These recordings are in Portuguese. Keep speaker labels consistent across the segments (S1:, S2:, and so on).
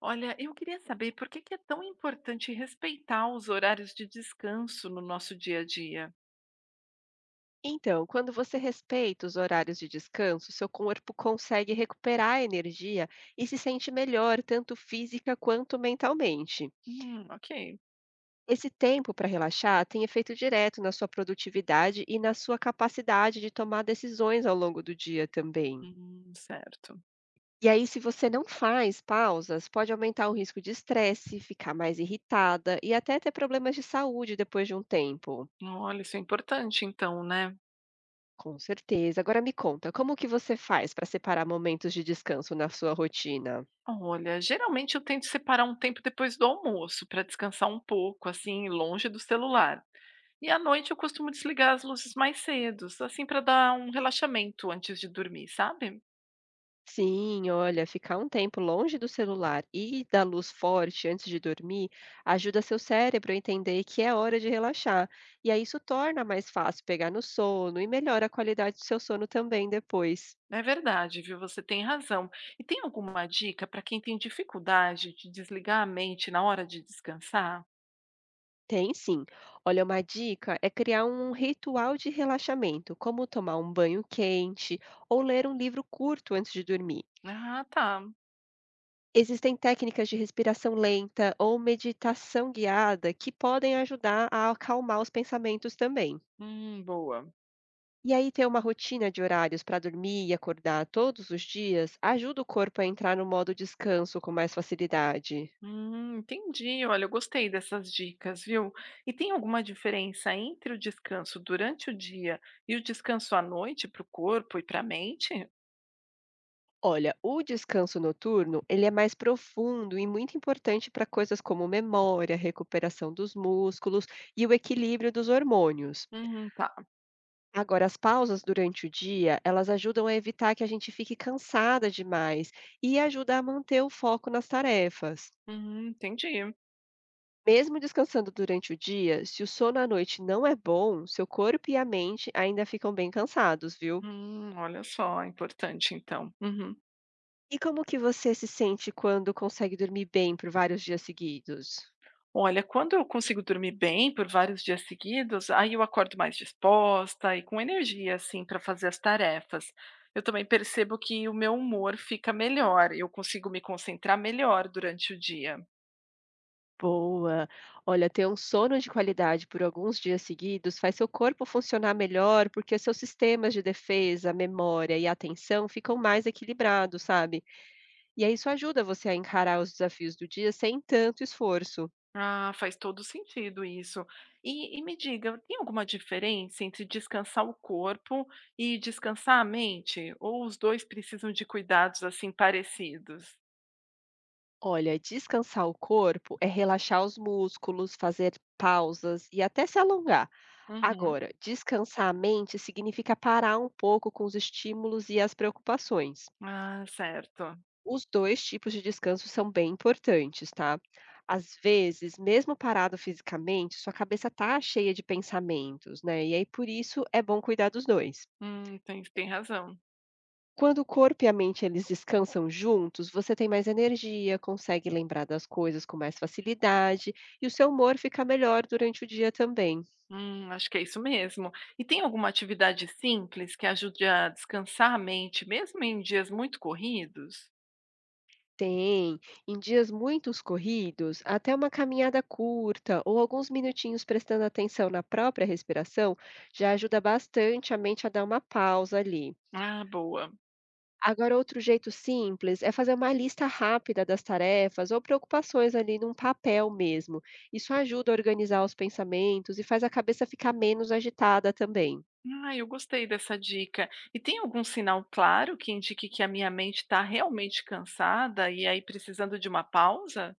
S1: Olha, eu queria saber por que que é tão importante respeitar os horários de descanso no nosso dia a dia.
S2: Então, quando você respeita os horários de descanso, seu corpo consegue recuperar a energia e se sente melhor, tanto física quanto mentalmente.
S1: Ok.
S2: Esse tempo para relaxar tem efeito direto na sua produtividade e na sua capacidade de tomar decisões ao longo do dia também.
S1: Certo.
S2: E aí, se você não faz pausas, pode aumentar o risco de estresse, ficar mais irritada e até ter problemas de saúde depois de um tempo.
S1: Olha, isso é importante então, né?
S2: Com certeza. Agora me conta, como que você faz para separar momentos de descanso na sua rotina?
S1: Olha, geralmente eu tento separar um tempo depois do almoço para descansar um pouco, assim, longe do celular. E à noite eu costumo desligar as luzes mais cedo, assim, para dar um relaxamento antes de dormir, sabe?
S2: Sim, olha, ficar um tempo longe do celular e da luz forte antes de dormir ajuda seu cérebro a entender que é hora de relaxar. E aí isso torna mais fácil pegar no sono e melhora a qualidade do seu sono também depois.
S1: É verdade, viu? Você tem razão. E tem alguma dica para quem tem dificuldade de desligar a mente na hora de descansar?
S2: Tem sim. Olha, uma dica é criar um ritual de relaxamento, como tomar um banho quente ou ler um livro curto antes de dormir.
S1: Ah, tá.
S2: Existem técnicas de respiração lenta ou meditação guiada que podem ajudar a acalmar os pensamentos também.
S1: Boa.
S2: E aí, ter uma rotina de horários para dormir e acordar todos os dias ajuda o corpo a entrar no modo descanso com mais facilidade.
S1: Entendi. Olha, eu gostei dessas dicas, viu? E tem alguma diferença entre o descanso durante o dia e o descanso à noite para o corpo e para a mente?
S2: Olha, o descanso noturno, ele é mais profundo e muito importante para coisas como memória, recuperação dos músculos e o equilíbrio dos hormônios.
S1: Tá.
S2: Agora, as pausas durante o dia, elas ajudam a evitar que a gente fique cansada demais e ajuda a manter o foco nas tarefas.
S1: Entendi.
S2: Mesmo descansando durante o dia, se o sono à noite não é bom, seu corpo e a mente ainda ficam bem cansados, viu?
S1: Olha só, importante então. Uhum.
S2: E como que você se sente quando consegue dormir bem por vários dias seguidos?
S1: Olha, quando eu consigo dormir bem por vários dias seguidos, aí eu acordo mais disposta e com energia, assim, para fazer as tarefas. Eu também percebo que o meu humor fica melhor, eu consigo me concentrar melhor durante o dia.
S2: Boa. Olha, ter um sono de qualidade por alguns dias seguidos faz seu corpo funcionar melhor, porque seus sistemas de defesa, memória e atenção ficam mais equilibrados, sabe? E aí isso ajuda você a encarar os desafios do dia sem tanto esforço.
S1: Ah, faz todo sentido isso. E me diga, tem alguma diferença entre descansar o corpo e descansar a mente? Ou os dois precisam de cuidados, assim, parecidos?
S2: Olha, descansar o corpo é relaxar os músculos, fazer pausas e até se alongar.
S1: Uhum.
S2: Agora, descansar a mente significa parar um pouco com os estímulos e as preocupações.
S1: Ah, certo.
S2: Os 2 tipos de descanso são bem importantes, tá? Às vezes, mesmo parado fisicamente, sua cabeça tá cheia de pensamentos, né? E aí por isso é bom cuidar dos 2.
S1: Tem razão.
S2: Quando o corpo e a mente eles descansam juntos, você tem mais energia, consegue lembrar das coisas com mais facilidade e o seu humor fica melhor durante o dia também.
S1: Acho que é isso mesmo. E tem alguma atividade simples que ajude a descansar a mente, mesmo em dias muito corridos?
S2: Tem. Em dias muito corridos, até uma caminhada curta ou alguns minutinhos prestando atenção na própria respiração já ajuda bastante a mente a dar uma pausa ali.
S1: Ah, boa.
S2: Agora, outro jeito simples é fazer uma lista rápida das tarefas ou preocupações ali num papel mesmo. Isso ajuda a organizar os pensamentos e faz a cabeça ficar menos agitada também.
S1: Ah, eu gostei dessa dica. E tem algum sinal claro que indique que a minha mente está realmente cansada e aí precisando de uma pausa?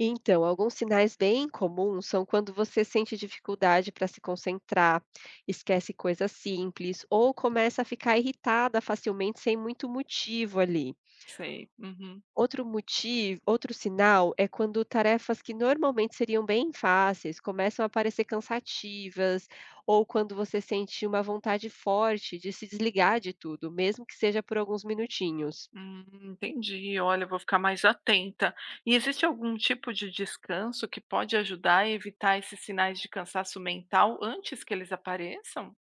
S2: Então, alguns sinais bem comuns são quando você sente dificuldade para se concentrar, esquece coisas simples ou começa a ficar irritada facilmente sem muito motivo ali.
S1: Sei. Uhum.
S2: Outro motivo, outro sinal é quando tarefas que normalmente seriam bem fáceis começam a parecer cansativas, ou quando você sente uma vontade forte de se desligar de tudo, mesmo que seja por alguns minutinhos.
S1: Hum, entendi. Olha, eu vou ficar mais atenta. E existe algum tipo de descanso que pode ajudar a evitar esses sinais de cansaço mental antes que eles apareçam?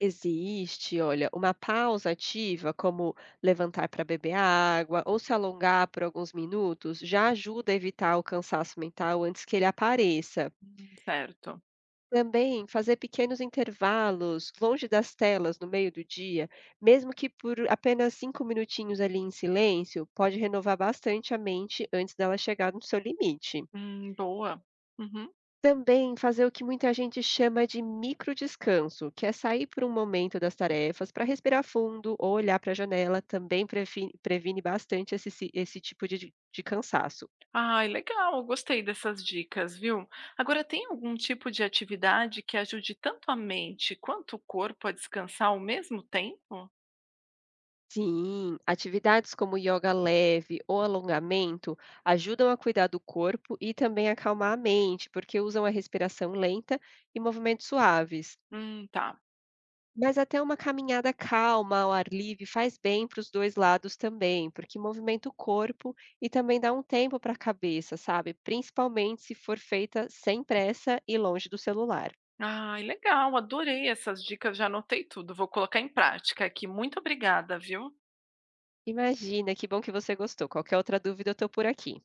S2: Existe, olha, uma pausa ativa, como levantar para beber água ou se alongar por alguns minutos, já ajuda a evitar o cansaço mental antes que ele apareça.
S1: Certo.
S2: Também fazer pequenos intervalos longe das telas no meio do dia, mesmo que por apenas cinco minutinhos ali em silêncio, pode renovar bastante a mente antes dela chegar no seu limite.
S1: Boa. Uhum.
S2: Também fazer o que muita gente chama de microdescanso, que é sair por um momento das tarefas para respirar fundo ou olhar para a janela, também previne bastante esse tipo de cansaço.
S1: Ai, legal, eu gostei dessas dicas, viu? Agora, tem algum tipo de atividade que ajude tanto a mente quanto o corpo a descansar ao mesmo tempo?
S2: Sim, atividades como yoga leve ou alongamento ajudam a cuidar do corpo e também acalmar a mente, porque usam a respiração lenta e movimentos suaves.
S1: Tá.
S2: Mas até uma caminhada calma ao ar livre faz bem para os 2 lados também, porque movimenta o corpo e também dá um tempo para a cabeça, sabe, principalmente se for feita sem pressa e longe do celular.
S1: Ai, legal, adorei essas dicas, já anotei tudo, vou colocar em prática aqui. Muito obrigada, viu?
S2: Imagina, que bom que você gostou. Qualquer outra dúvida eu estou por aqui.